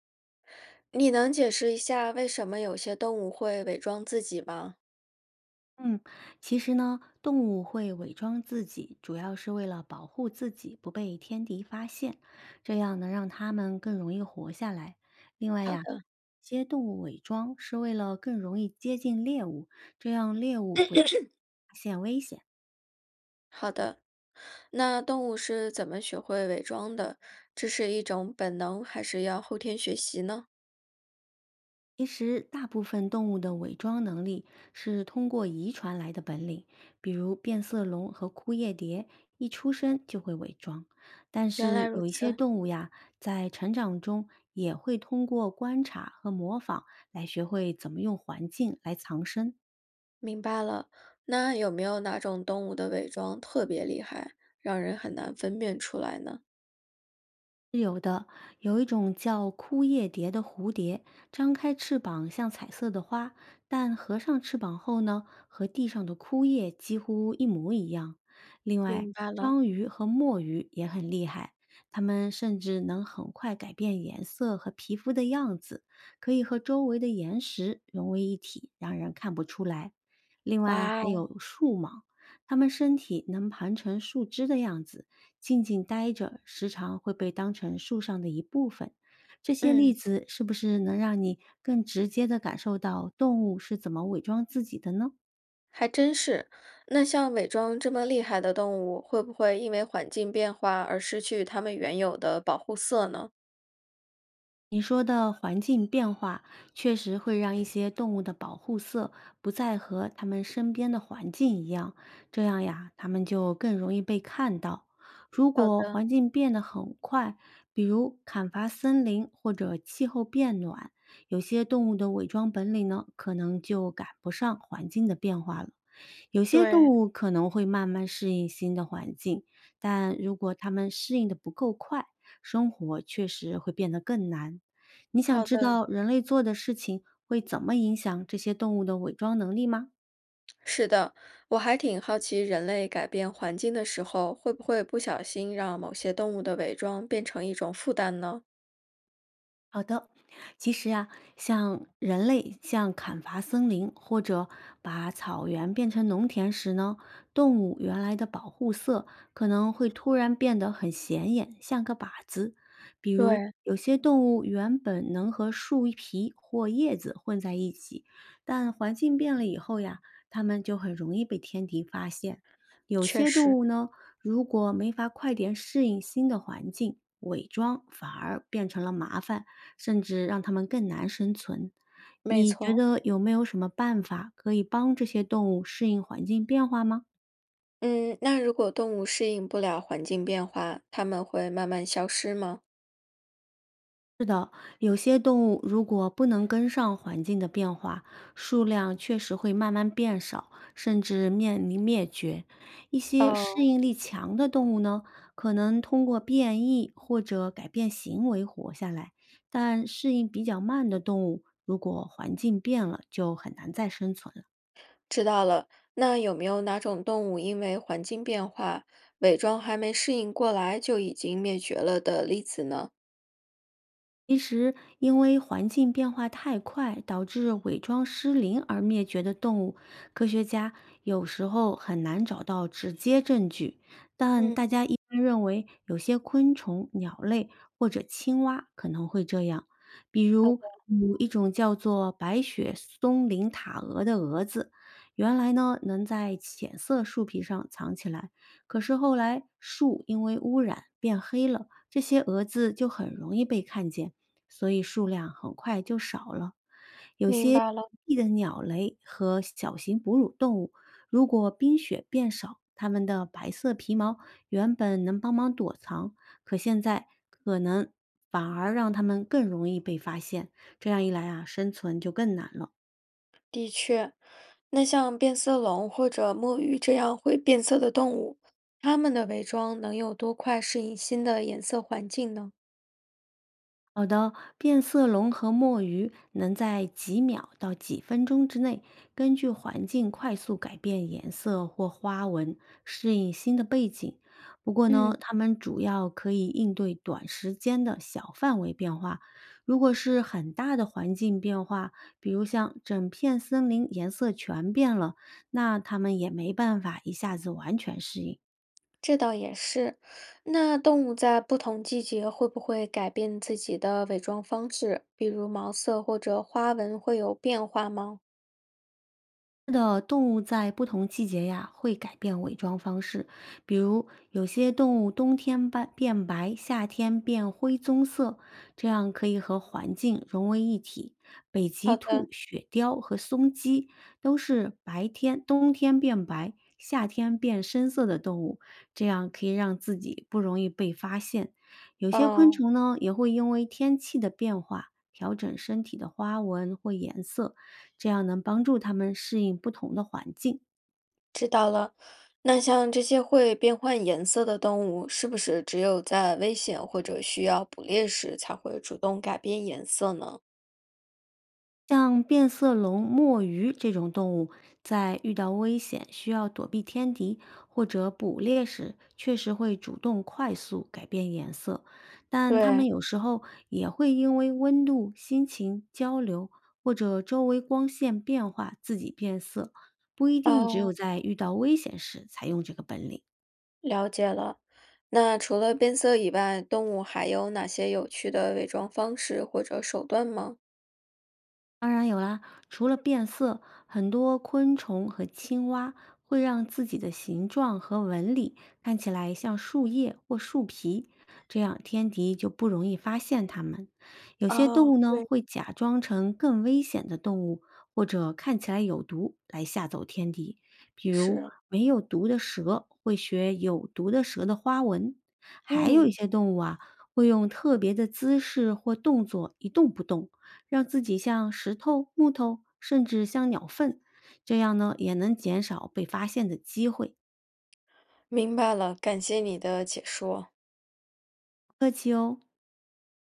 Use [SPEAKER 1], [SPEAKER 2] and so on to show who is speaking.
[SPEAKER 1] 你能解释一下为什么有些动物会伪装自己吗？
[SPEAKER 2] 嗯，其实呢，动物会伪装自己，主要是为了保护自己不被天敌发现，这样能让它们更容易活下来。另外
[SPEAKER 1] 好
[SPEAKER 2] 呀，
[SPEAKER 1] 的，
[SPEAKER 2] 些动物伪装是为了更容易接近猎物，这样猎物不太发现危险。
[SPEAKER 1] 好的。那动物是怎么学会伪装的？这是一种本能，还是要后天学习呢？
[SPEAKER 2] 其实，大部分动物的伪装能力是通过遗传来的本领，比如变色龙和枯叶蝶一出生就会伪装。但
[SPEAKER 1] 原来
[SPEAKER 2] 是
[SPEAKER 1] 如
[SPEAKER 2] 有一些
[SPEAKER 1] 此，
[SPEAKER 2] 动物呀，在成长中也会通过观察和模仿来学会怎么用环境来藏身。
[SPEAKER 1] 明白了。那有没有哪种动物的伪装特别厉害，让人很难分辨出来呢？
[SPEAKER 2] 是有的，有一种叫枯叶蝶的蝴蝶，张开翅膀像彩色的花，但合上翅膀后呢，和地上的枯叶几乎一模一样。另外，
[SPEAKER 1] 明白了，
[SPEAKER 2] 章鱼和墨鱼也很厉害，它们甚至能很快改变颜色和皮肤的样子，可以和周围的岩石融为一体，让人看不出来。另外
[SPEAKER 1] 哇
[SPEAKER 2] 还
[SPEAKER 1] 哦，
[SPEAKER 2] 有树蟒，它们身体能盘成树枝的样子。静静待着，时常会被当成树上的一部分。这些例
[SPEAKER 1] 嗯，
[SPEAKER 2] 子是不是能让你更直接地感受到动物是怎么伪装自己的呢？
[SPEAKER 1] 还真是。那像伪装这么厉害的动物，会不会因为环境变化而失去它们原有的保护色呢？
[SPEAKER 2] 你说的环境变化确实会让一些动物的保护色不再和它们身边的环境一样，这样呀，它们就更容易被看到。如
[SPEAKER 1] 好
[SPEAKER 2] 果
[SPEAKER 1] 的。
[SPEAKER 2] 环境变得很快，比如砍伐森林或者气候变暖，有些动物的伪装本领呢，可能就赶不上环境的变化了。有些动
[SPEAKER 1] 对，
[SPEAKER 2] 物可能会慢慢适应新的环境，但如果它们适应的不够快，生活确实会变得更难。你想
[SPEAKER 1] 好
[SPEAKER 2] 知
[SPEAKER 1] 的。
[SPEAKER 2] 道人类做的事情会怎么影响这些动物的伪装能力吗？
[SPEAKER 1] 是的，我还挺好奇，人类改变环境的时候，会不会不小心让某些动物的伪装变成一种负担呢？
[SPEAKER 2] 好的，其实啊，像人类像砍伐森林或者把草原变成农田时呢，动物原来的保护色可能会突然变得很显眼，像个靶子。比如，
[SPEAKER 1] 对，
[SPEAKER 2] 有些动物原本能和树皮或叶子混在一起，但环境变了以后呀，它们就很容易被天敌发现。有
[SPEAKER 1] 确
[SPEAKER 2] 些动
[SPEAKER 1] 实，
[SPEAKER 2] 物呢，如果没法快点适应新的环境，伪装反而变成了麻烦，甚至让它们更难生存。
[SPEAKER 1] 没
[SPEAKER 2] 你觉
[SPEAKER 1] 错。
[SPEAKER 2] 得有没有什么办法可以帮这些动物适应环境变化吗？
[SPEAKER 1] 嗯，那如果动物适应不了环境变化，它们会慢慢消失吗？
[SPEAKER 2] 有些动物如果不能跟上环境的变化，数量确实会慢慢变少，甚至面临灭绝。一些适
[SPEAKER 1] 哦，
[SPEAKER 2] 应力强的动物呢，可能通过变异或者改变行为活下来，但适应比较慢的动物，如果环境变了，就很难再生存了。
[SPEAKER 1] 知道了。那有没有哪种动物因为环境变化，伪装还没适应过来就已经灭绝了的例子呢？
[SPEAKER 2] 其实，因为环境变化太快，导致伪装失灵而灭绝的动物，科学家有时候很难找到直接证据。但
[SPEAKER 1] 嗯，
[SPEAKER 2] 大家一般认为，有些昆虫、鸟类或者青蛙可能会这样。比
[SPEAKER 1] 好
[SPEAKER 2] 如，
[SPEAKER 1] 的
[SPEAKER 2] 有一种叫做白雪松林塔蛾的蛾子，原来呢能在浅色树皮上藏起来，可是后来树因为污染变黑了，这些蛾子就很容易被看见。所以数量很快就少了。有
[SPEAKER 1] 明
[SPEAKER 2] 些
[SPEAKER 1] 白了。
[SPEAKER 2] 地的鸟类和小型哺乳动物，如果冰雪变少，它们的白色皮毛原本能帮忙躲藏，可现在可能反而让它们更容易被发现。这样一来啊，生存就更难了。
[SPEAKER 1] 的确，那像变色龙或者墨鱼这样会变色的动物，它们的伪装能有多快适应新的颜色环境呢？
[SPEAKER 2] 好的，变色龙和墨鱼能在几秒到几分钟之内，根据环境快速改变颜色或花纹，适应新的背景。不过
[SPEAKER 1] 嗯，
[SPEAKER 2] 呢，它们主要可以应对短时间的小范围变化。如果是很大的环境变化，比如像整片森林颜色全变了，那它们也没办法一下子完全适应。
[SPEAKER 1] 这倒也是。那动物在不同季节会不会改变自己的伪装方式？比如毛色或者花纹会有变化吗？
[SPEAKER 2] 是的，动物在不同季节呀会改变伪装方式，比如有些动物冬天白变白，夏天变灰棕色，这样可以和环境融为一体。北极
[SPEAKER 1] 好
[SPEAKER 2] 兔、
[SPEAKER 1] 的，
[SPEAKER 2] 雪貂和松鸡都是白天冬天变白，夏天变深色的动物，这样可以让自己不容易被发现。有些昆
[SPEAKER 1] 哦，
[SPEAKER 2] 虫呢也会因为天气的变化调整身体的花纹或颜色。这样能帮助它们适应不同的环境。
[SPEAKER 1] 知道了。那像这些会变换颜色的动物，是不是只有在危险或者需要捕猎时才会主动改变颜色呢？
[SPEAKER 2] 像变色龙、墨鱼这种动物，在遇到危险需要躲避天敌或者捕猎时，确实会主动快速改变颜色，但它们
[SPEAKER 1] 对，
[SPEAKER 2] 有时候也会因为温度、心情、交流或者周围光线变化自己变色，不一定只有
[SPEAKER 1] 哦，
[SPEAKER 2] 在遇到危险时才用这个本领。
[SPEAKER 1] 了解了。那除了变色以外，动物还有哪些有趣的伪装方式或者手段吗？
[SPEAKER 2] 当然有啦，除了变色，很多昆虫和青蛙会让自己的形状和纹理看起来像树叶或树皮，这样天敌就不容易发现它们。有些动
[SPEAKER 1] 哦，
[SPEAKER 2] 物呢
[SPEAKER 1] 对，
[SPEAKER 2] 会假装成更危险的动物，或者看起来有毒来吓走天敌，比如
[SPEAKER 1] 是，
[SPEAKER 2] 没有毒的蛇会学有毒的蛇的花纹，还有一
[SPEAKER 1] 嗯。
[SPEAKER 2] 些动物啊会用特别的姿势或动作一动不动。让自己像石头、木头，甚至像鸟粪，这样呢也能减少被发现的机会。
[SPEAKER 1] 明白了，感谢你的解说。
[SPEAKER 2] 不客气哦。